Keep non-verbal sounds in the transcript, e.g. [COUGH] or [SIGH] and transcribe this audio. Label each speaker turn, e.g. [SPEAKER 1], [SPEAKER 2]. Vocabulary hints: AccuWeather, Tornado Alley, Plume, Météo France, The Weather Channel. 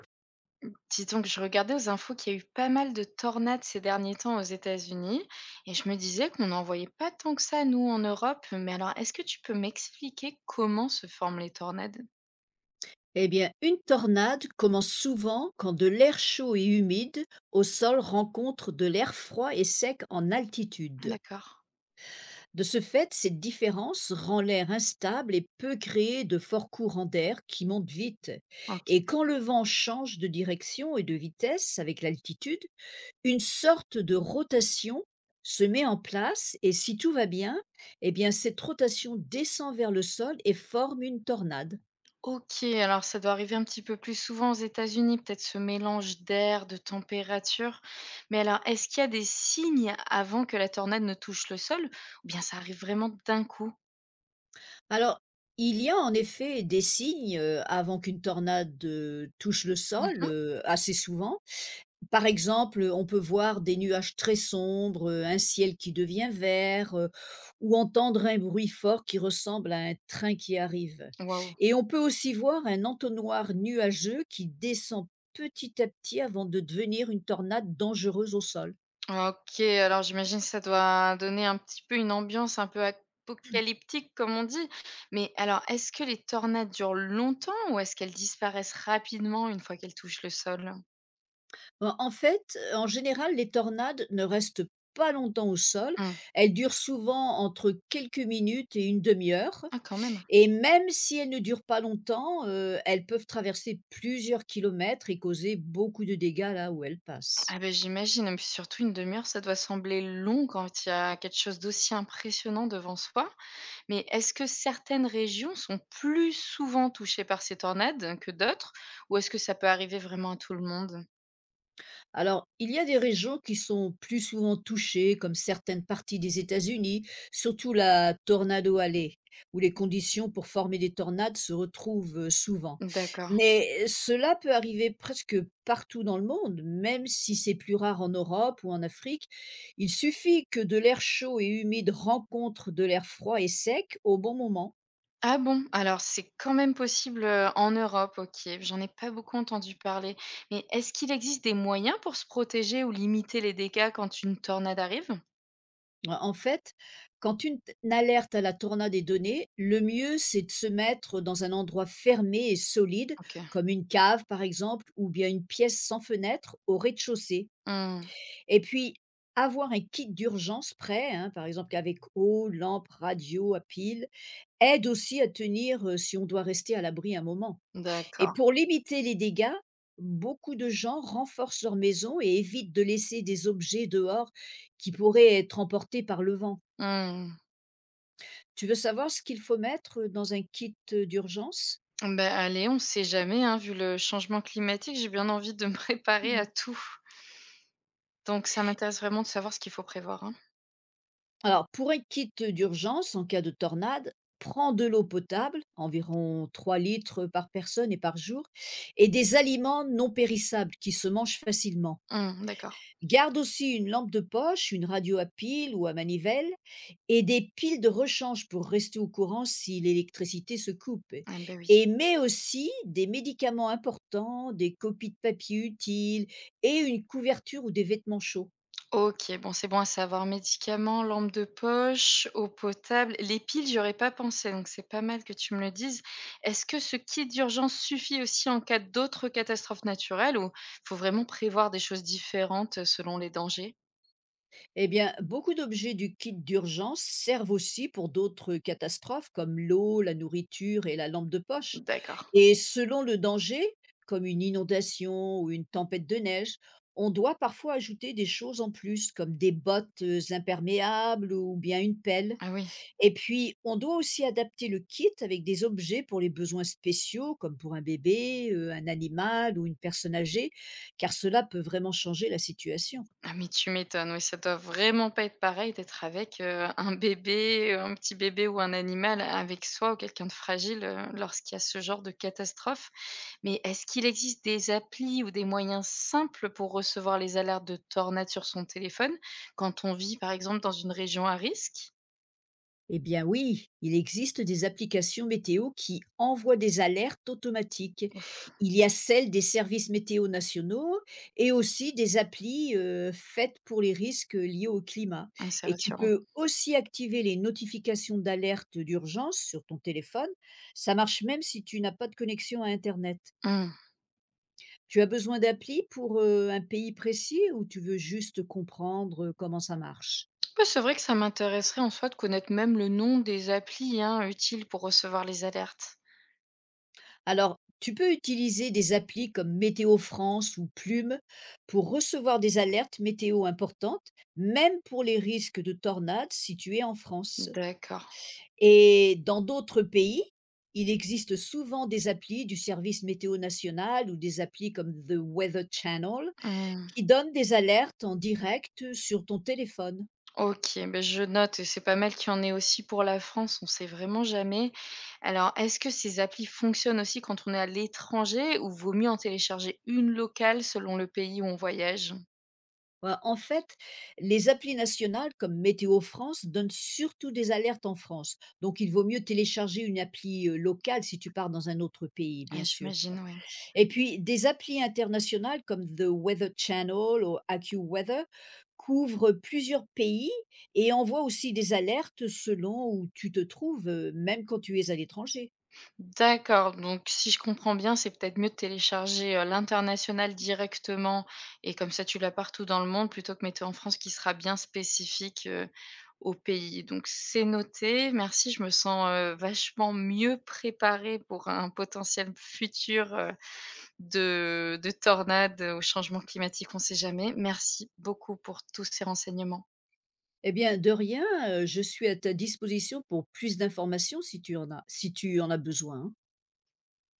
[SPEAKER 1] Dis donc, je regardais aux infos qu'il y a eu pas mal de tornades ces derniers temps aux États-Unis et je me disais qu'on n'en voyait pas tant que ça, nous, en Europe. Mais alors, est-ce que tu peux m'expliquer comment se forment les tornades?
[SPEAKER 2] Eh bien, une tornade commence souvent quand de l'air chaud et humide au sol rencontre de l'air froid et sec en
[SPEAKER 1] Ah,
[SPEAKER 2] altitude.
[SPEAKER 1] d'accord.
[SPEAKER 2] De ce fait, cette différence rend l'air instable et peut créer de forts courants d'air qui montent vite.
[SPEAKER 1] Ok.
[SPEAKER 2] Et quand le vent change de direction et de vitesse avec l'altitude, une sorte de rotation se met en place et si tout va bien, eh bien cette rotation descend vers le sol et forme une tornade.
[SPEAKER 1] Ok, alors ça doit arriver un petit peu plus souvent aux États-Unis, peut-être ce mélange d'air, de température. Mais alors, est-ce qu'il y a des signes avant que la tornade ne touche le sol ou bien ça arrive vraiment d'un coup?
[SPEAKER 2] Alors, il y a en effet des signes avant qu'une tornade touche le sol
[SPEAKER 1] Mhm.
[SPEAKER 2] assez souvent. Par exemple, on peut voir des nuages très sombres un ciel qui devient vert ou entendre un bruit fort qui ressemble à un train qui arrive.
[SPEAKER 1] Waouh.
[SPEAKER 2] Et on peut aussi voir un entonnoir nuageux qui descend petit à petit avant de devenir une tornade dangereuse au sol.
[SPEAKER 1] OK, alors j'imagine que ça doit donner un petit peu une ambiance un peu apocalyptique comme on dit. Mais alors, est-ce que les tornades durent longtemps ou est-ce qu'elles disparaissent rapidement une fois qu'elles touchent le sol?
[SPEAKER 2] En fait, en général, les tornades ne restent pas longtemps au sol.
[SPEAKER 1] Mmh.
[SPEAKER 2] Elles durent souvent entre quelques minutes et une demi heure
[SPEAKER 1] Ah quand même.
[SPEAKER 2] et même si elles ne durent pas longtemps, elles peuvent traverser plusieurs kilomètres et causer beaucoup de dégâts là où elles passent.
[SPEAKER 1] Ah ben j'imagine, et puis surtout une demi-heure, ça doit sembler long quand il y a quelque chose d'aussi impressionnant devant soi. Mais est-ce que certaines régions sont plus souvent touchées par ces tornades que d'autres? Ou est-ce que ça peut arriver vraiment à tout le monde?
[SPEAKER 2] Alors, il y a des régions qui sont plus souvent touchées, comme certaines parties des États-Unis, surtout la Tornado Alley, où les conditions pour former des tornades se retrouvent souvent.
[SPEAKER 1] D'accord.
[SPEAKER 2] Mais cela peut arriver presque partout dans le monde, même si c'est plus rare en Europe ou en Afrique. Il suffit que de l'air chaud et humide rencontre de l'air froid et sec au bon moment.
[SPEAKER 1] Ah bon? Alors c'est quand même possible, en Europe, OK. J'en ai pas beaucoup entendu parler. Mais est-ce qu'il existe des moyens pour se protéger ou limiter les dégâts quand une tornade arrive?
[SPEAKER 2] Ouais, en fait, quand une alerte à la tornade est donnée, le mieux, c'est de se mettre dans un endroit fermé et solide,
[SPEAKER 1] OK.
[SPEAKER 2] comme une cave par exemple, ou bien une pièce sans fenêtre au rez-de-chaussée.
[SPEAKER 1] Mmh.
[SPEAKER 2] Et puis, avoir un kit d'urgence prêt, hein, par exemple avec eau, lampe, radio à pile, aide aussi à tenir, si on doit rester à l'abri un moment. Et
[SPEAKER 1] D'accord.
[SPEAKER 2] pour limiter les dégâts, beaucoup de gens renforcent leur maison et évitent de laisser des objets dehors qui pourraient être emportés par le vent.
[SPEAKER 1] Mmh.
[SPEAKER 2] Tu veux savoir ce qu'il faut mettre dans un kit d'urgence?
[SPEAKER 1] Bah, allez, on sait jamais, hein, vu le changement climatique, j'ai bien envie de me [LAUGHS] préparer à
[SPEAKER 2] Mhm.
[SPEAKER 1] tout. Donc ça m'intéresse vraiment de savoir ce qu'il faut prévoir, hein.
[SPEAKER 2] Alors, pour un kit d'urgence, en cas de tornade, prends de l'eau potable, environ 3 litres par personne et par jour, et des aliments non périssables qui se mangent facilement.
[SPEAKER 1] Mmh, d'accord.
[SPEAKER 2] Garde aussi une lampe de poche, une radio à pile ou à manivelle, et des piles de rechange pour rester au courant si l'électricité se coupe,
[SPEAKER 1] Ah, bah, oui.
[SPEAKER 2] et met aussi des médicaments importants, des copies de papier utiles et une couverture ou des vêtements chauds.
[SPEAKER 1] OK, bon, c'est bon à savoir. Médicaments, lampe de poche, eau potable, les piles, j'y aurais pas pensé, donc c'est pas mal que tu me le dises. Est-ce que ce kit d'urgence suffit aussi en cas d'autres catastrophes naturelles ou faut vraiment prévoir des choses différentes selon les dangers?
[SPEAKER 2] Eh bien, beaucoup d'objets du kit d'urgence servent aussi pour d'autres catastrophes, comme l'eau, la nourriture et la lampe de poche.
[SPEAKER 1] D'accord.
[SPEAKER 2] Et selon le danger, comme une inondation ou une tempête de neige, on doit parfois ajouter des choses en plus, comme des bottes imperméables ou bien une pelle.
[SPEAKER 1] Ah oui.
[SPEAKER 2] Et puis, on doit aussi adapter le kit avec des objets pour les besoins spéciaux, comme pour un bébé, un animal ou une personne âgée, car cela peut vraiment changer la situation.
[SPEAKER 1] Ah mais tu m'étonnes, oui, ça doit vraiment pas être pareil d'être avec, un bébé, un petit bébé ou un animal avec soi ou quelqu'un de fragile, lorsqu'il y a ce genre de catastrophe. Mais est-ce qu'il existe des applis ou des moyens simples pour recevoir les alertes de tornades sur son téléphone quand on vit, par exemple, dans une région à risque?
[SPEAKER 2] Eh bien oui, il existe des applications météo qui envoient des alertes automatiques.
[SPEAKER 1] Ouf,
[SPEAKER 2] Il y a celles des services météo nationaux et aussi des applis faites pour les risques liés au climat.
[SPEAKER 1] mmh, c'est
[SPEAKER 2] Et tu
[SPEAKER 1] rassurant.
[SPEAKER 2] peux aussi activer les notifications d'alerte d'urgence sur ton téléphone. Ça marche même si tu n'as pas de connexion à Internet.
[SPEAKER 1] Mmh.
[SPEAKER 2] Tu as besoin d'applis pour, un pays précis, ou tu veux juste comprendre comment ça marche?
[SPEAKER 1] Bah, c'est vrai que ça m'intéresserait en soi de connaître même le nom des applis, hein, utiles pour recevoir les alertes.
[SPEAKER 2] Alors, tu peux utiliser des applis comme Météo France ou Plume pour recevoir des alertes météo importantes, même pour les risques de tornades situés en France.
[SPEAKER 1] D'accord.
[SPEAKER 2] Et dans d'autres pays, il existe souvent des applis du service météo national ou des applis comme The Weather Channel
[SPEAKER 1] Mmh.
[SPEAKER 2] qui donnent des alertes en direct sur ton téléphone.
[SPEAKER 1] OK, beh, je note et c'est pas mal qu'il y en ait aussi pour la France, on sait vraiment jamais. Alors, est-ce que ces applis fonctionnent aussi quand on est à l'étranger ou vaut mieux en télécharger une locale selon le pays où on voyage?
[SPEAKER 2] Ouais, en fait, les applis nationales comme Météo France donnent surtout des alertes en France. Donc, il vaut mieux télécharger une appli locale si tu pars dans un autre pays, bien
[SPEAKER 1] Ah,
[SPEAKER 2] sûr.
[SPEAKER 1] j'imagine, oui.
[SPEAKER 2] Et puis, des applis internationales comme The Weather Channel ou AccuWeather couvrent plusieurs pays et envoient aussi des alertes selon où tu te trouves, même quand tu es à l'étranger.
[SPEAKER 1] D'accord, donc si je comprends bien, c'est peut-être mieux de télécharger, l'international directement et comme ça tu l'as partout dans le monde plutôt que Météo en France qui sera bien spécifique, au pays. Donc c'est noté, merci, je me sens, vachement mieux préparée pour un potentiel futur, de tornade, au changement climatique, on ne sait jamais. Merci beaucoup pour tous ces renseignements.
[SPEAKER 2] Eh bien, de rien, je suis à ta disposition pour plus d'informations si tu en as, si tu en as besoin, hein.